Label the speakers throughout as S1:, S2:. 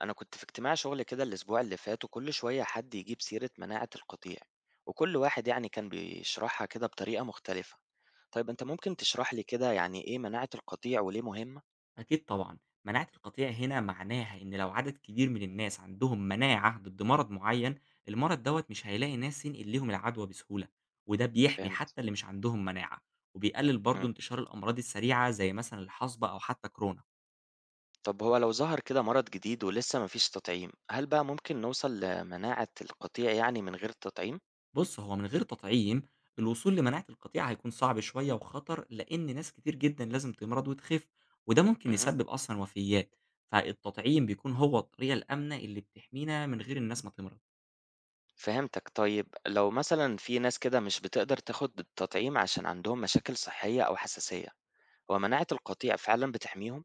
S1: أنا كنت في اجتماع شغل كده الأسبوع اللي فات، وكل شوية حد يجيب سيرة مناعة القطيع، وكل واحد يعني كان بيشرحها كده بطريقة مختلفة. طيب أنت ممكن تشرح لي كده يعني إيه مناعة القطيع وليه مهمة؟
S2: أكيد طبعًا، مناعة القطيع هنا معناها إن لو عدد كبير من الناس عندهم مناعة ضد مرض معين، المرض دوّة مش هيلاقي ناس ينقل ليهم العدوى بسهولة، وده بيحمي
S1: فهمت.
S2: حتى اللي مش عندهم مناعة، وبيقلل برضه
S1: مم.
S2: انتشار الأمراض السريعة زي مثلًا الحصبة أو حتى كورونا.
S1: طب هو لو ظهر كده مرض جديد ولسه مفيش تطعيم، هل بقى ممكن نوصل لمناعة القطيع يعني من غير التطعيم؟
S2: بُص، هو من غير تطعيم الوصول لمناعة القطيع هيكون صعب شوية وخطر، لإن ناس كتير جدًا لازم تمرض وتخف، وده ممكن
S1: مم.
S2: يسبب أصلًا وفيات، فالتطعيم بيكون هو الطريقة الآمنة اللي بتحمينا من غير الناس ما تمرض.
S1: فهمتك. طيب لو مثلا في ناس كده مش بتقدر تاخد التطعيم عشان عندهم مشاكل صحية أو حساسية، هو مناعة القطيع فعلا بتحميهم؟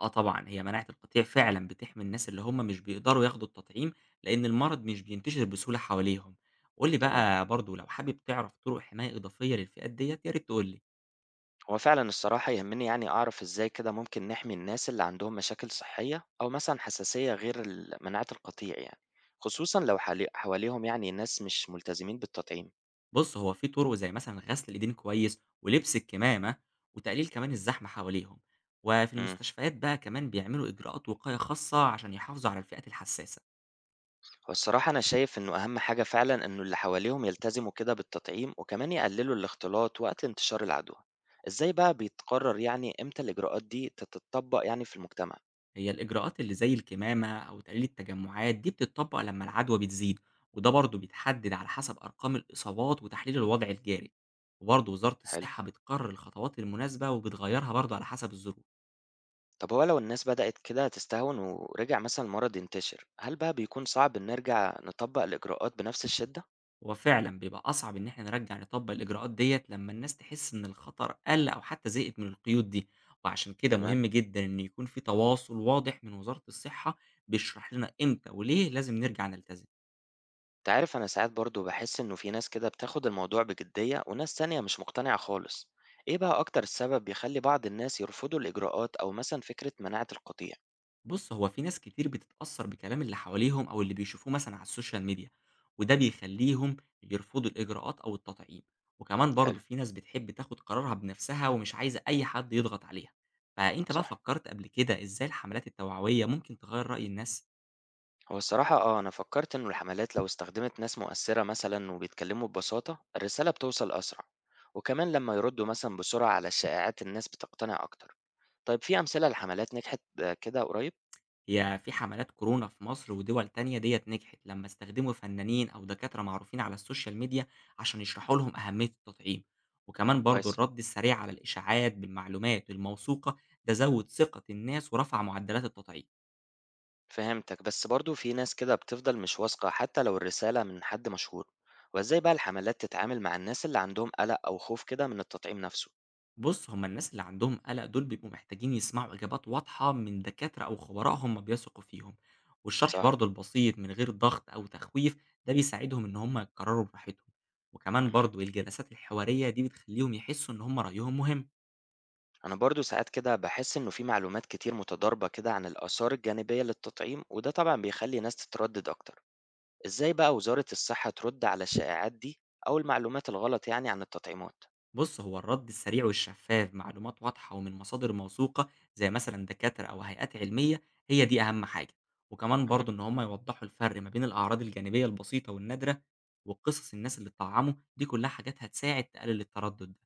S2: آه طبعًا، هي مناعة القطيع فعلًا بتحمي الناس اللي هم مش بيقدروا ياخدوا التطعيم، لإن المرض مش بينتشر بسهولة حواليهم. قُل لي
S1: تمام.
S2: بقى برضه لو حابب تعرف طرق حماية إضافية للفئات ديّة، يا ريت تقول لي.
S1: هو فعلا الصراحة يهمني يعني أعرف إزاي كده ممكن نحمي الناس اللي عندهم مشاكل صحية أو مثلا حساسية، غير مناعة القطيع يعني، خصوصا لو حواليهم يعني ناس مش ملتزمين بالتطعيم.
S2: بُص، هو في طرق زي مثلًا غسل الإيدين كويس، ولبس الكمامة، وتقليل كمان الزحمة حواليهم. وفي
S1: امم.
S2: المستشفيات بقى كمان بيعملوا إجراءات وقاية خاصة عشان يحافظوا على الفئات الحساسة.
S1: والصراحة أنا شايف إنه أهم حاجة فعلا إنه اللي حواليهم يلتزموا كده بالتطعيم، وكمان يقللوا الاختلاط وقت انتشار العدوى. إزاي بقى بيتقرر يعني إمتى الإجراءات دي تتطبق يعني في المجتمع؟
S2: هي الإجراءات اللي زي الكمامة أو تقليل التجمعات دي بتطبق لما العدوى بتزيد، وده برضه بيتحدد على حسب أرقام الإصابات وتحليل الوضع الجاري، وبرضه وزارة
S1: حلو.
S2: الصحة بتقرر الخطوات المناسبة وبتغيرها برضه على حسب الظروف.
S1: طب هو لو الناس بدأت كده تستهون ورجع مثلا المرض ينتشر، هل بقى بيكون صعب إن نرجع نطبق الإجراءات بنفس الشدة؟
S2: وفعلا بيبقى أصعب إن احنا نرجع نطبق الإجراءات ديت لما الناس تحس إن الخطر قل أو حتى زهقت من القيود دي، وعشان كده
S1: تمام.
S2: مهم جدا إن يكون في تواصل واضح من وزارة الصحة بيشرح لنا إمتى وليه لازم نرجع نلتزم.
S1: تعرف أنا ساعات برضو بحس إنه في ناس كده بتاخد الموضوع بجدية وناس تانية مش مقتنعة خالص. إيه بقى أكتر السبب بيخلي بعض الناس يرفضوا الإجراءات أو مثلا فكرة مناعة القطيع؟
S2: بُص، هو في ناس كتير بتتأثّر بكلام اللي حواليهم أو اللي بيشوفوه مثلًا على السوشيال ميديا، وده بيخلّيهم يرفضوا الإجراءات أو التطعيم، وكمان برضه
S1: حلو.
S2: في ناس بتحب تاخد قرارها بنفسها ومش عايزة أي حد يضغط عليها، فأنت بقى
S1: صح.
S2: فكّرت قبل كده إزاي الحملات التوعوية ممكن تغيّر رأي الناس؟
S1: هو الصراحة أنا فكرت إنه الحملات لو استخدمت ناس مؤثرة مثلا وبيتكلموا ببساطة، الرسالة بتوصل أسرع، وكمان لما يردوا مثلا بسرعة على الشائعات الناس بتقتنع أكتر. طيب في أمثلة لحملات نجحت كده قريب؟
S2: هي في حملات كورونا في مصر ودول تانية ديّة نجحت لمّا استخدموا فنانين أو دكاترة معروفين على السوشيال ميديا عشان يشرحوا لهم أهمية التطعيم، وكمان برضه
S1: كويس.
S2: الرد السريع على الإشاعات بالمعلومات الموثوقة ده زوّد ثقة الناس ورفع معدلات التطعيم.
S1: فهمتك، بس برضو في ناس كده بتفضل مش واثقة حتى لو الرسالة من حد مشهور. وإزاي بقى الحملات تتعامل مع الناس اللي عندهم قلق أو خوف كده من التطعيم نفسه؟
S2: بُص، هم الناس اللي عندهم قلق دول بيبقوا محتاجين يسمعوا إجابات واضحة من دكاترة أو خبراء هم بيثقوا فيهم، والشرح
S1: صح.
S2: برضه البسيط من غير ضغط أو تخويف ده بيساعدهم إن هم يقرروا براحتهم، وكمان
S1: مهم.
S2: برضه الجلسات الحوارية دي بتخليهم يحسوا إن هم رأيهم مهم.
S1: أنا برضو ساعات كده بحس إنه في معلومات كتير متضاربة كده عن الآثار الجانبية للتطعيم، وده طبعا بيخلي ناس تتردد أكتر. إزاي بقى وزارة الصحة ترد على الشائعات دي أو المعلومات الغلط يعني عن التطعيمات؟
S2: بص، هو الرد السريع والشفاف معلومات واضحة ومن مصادر موثوقة زي مثلا دكاترة أو هيئات علمية، هي دي أهم حاجة. وكمان برضو إن هما يوضحوا الفرق ما بين الأعراض الجانبية البسيطة والنادرة وقصص الناس اللي اتطعموا دي كلها حاجات هتساعد تقلل التردد ده.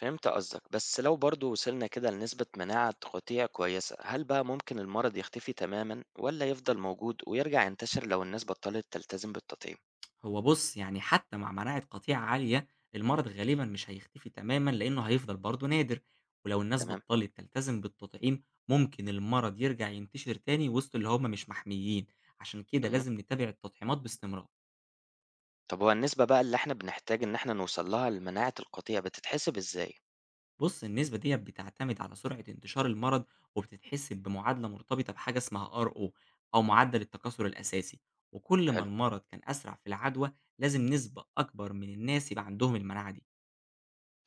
S1: فهمت قصدك. بس لو برضو وصلنا كده لنسبة مناعة قطيع كويسة، هل بقى ممكن المرض يختفي تماما، ولا يفضل موجود ويرجع ينتشر لو الناس بطلت تلتزم بالتطعيم؟
S2: هو بص، يعني حتى مع مناعة قطيعة عالية المرض غالبا مش هيختفي تماما لأنه هيفضل برضو نادر، ولو الناس
S1: تمام.
S2: بطلت تلتزم بالتطعيم ممكن المرض يرجع ينتشر تاني وسط اللي هما مش محميين. عشان كده
S1: مه.
S2: لازم نتابع التطعيمات باستمرار.
S1: طب هو النسبة بقى اللي احنا بنحتاج ان احنا نوصل لها لمناعة القطيع بتتحسب ازاي؟
S2: بُص، النسبة ديّة بتعتمد على سرعة انتشار المرض، وبتتحسب بمعادلة مرتبطة بحاجة اسمها RO أو معدل التكاثر الأساسي، وكل ما
S1: حلو.
S2: المرض كان أسرع في العدوى، لازم نسبة أكبر من الناس يبقى عندهم المناعة دي.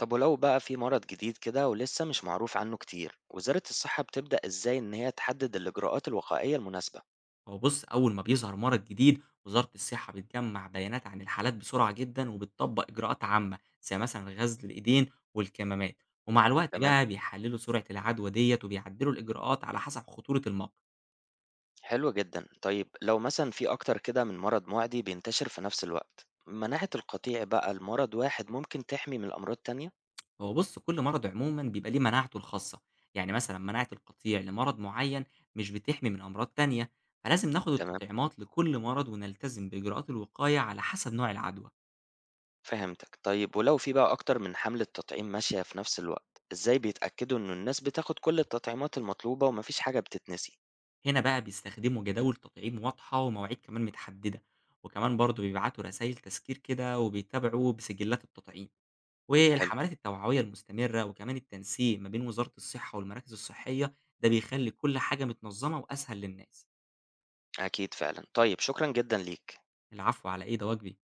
S1: طب ولو بقى في مرض جديد كده ولسه مش معروف عنه كتير، وزارة الصحة بتبدأ ازاي ان هي تحدد الإجراءات الوقائية المناسبة؟
S2: هو بُص، أول ما بيظهر مرض جديد، وزارة الصحة بتجمّع بيانات عن الحالات بسرعة جدًا، وبتطبّق إجراءات عامة زي مثلًا غسل الإيدين والكمامات، ومع الوقت
S1: تمام.
S2: بقى بيحلّلوا سرعة العدوى ديّة، وبيعدّلوا الإجراءات على حسب خطورة المرض.
S1: حلو جدًا. طيب لو مثلًا في أكتر كده من مرض مُعدي بينتشر في نفس الوقت، مناعة القطيع بقى لمرض واحد ممكن تحمي من أمراض تانية؟
S2: هو بُص، كل مرض عمومًا بيبقى ليه مناعته الخاصة، يعني مثلًا مناعة القطيع لمرض معين مش بتحمي من أمراض تانية، فلازم ناخد
S1: تمام،
S2: التطعيمات لكل مرض ونلتزم بإجراءات الوقاية على حسب نوع العدوى.
S1: فهمتك. طيب ولو في بقى أكتر من حملة تطعيم ماشية في نفس الوقت، إزاي بيتأكدوا إنه الناس بتاخد كل التطعيمات المطلوبة وما فيش حاجة بتتنسي؟
S2: هنا بقى بيستخدموا جداول تطعيم واضحة ومواعيد كمان متحددة، وكمان برضه بيبعتوا رسايل تذكير كده وبيتابعوا بسجلات التطعيم،
S1: حلو.
S2: والحملات التوعوية المستمرة وكمان التنسيق ما بين وزارة الصحة والمراكز الصحية، ده بيخلي كل حاجة متنظمة وأسهل للناس.
S1: أكيد فعلًا. طيب شكرًا جدًا ليك.
S2: العفو على إيه، ده واجبي.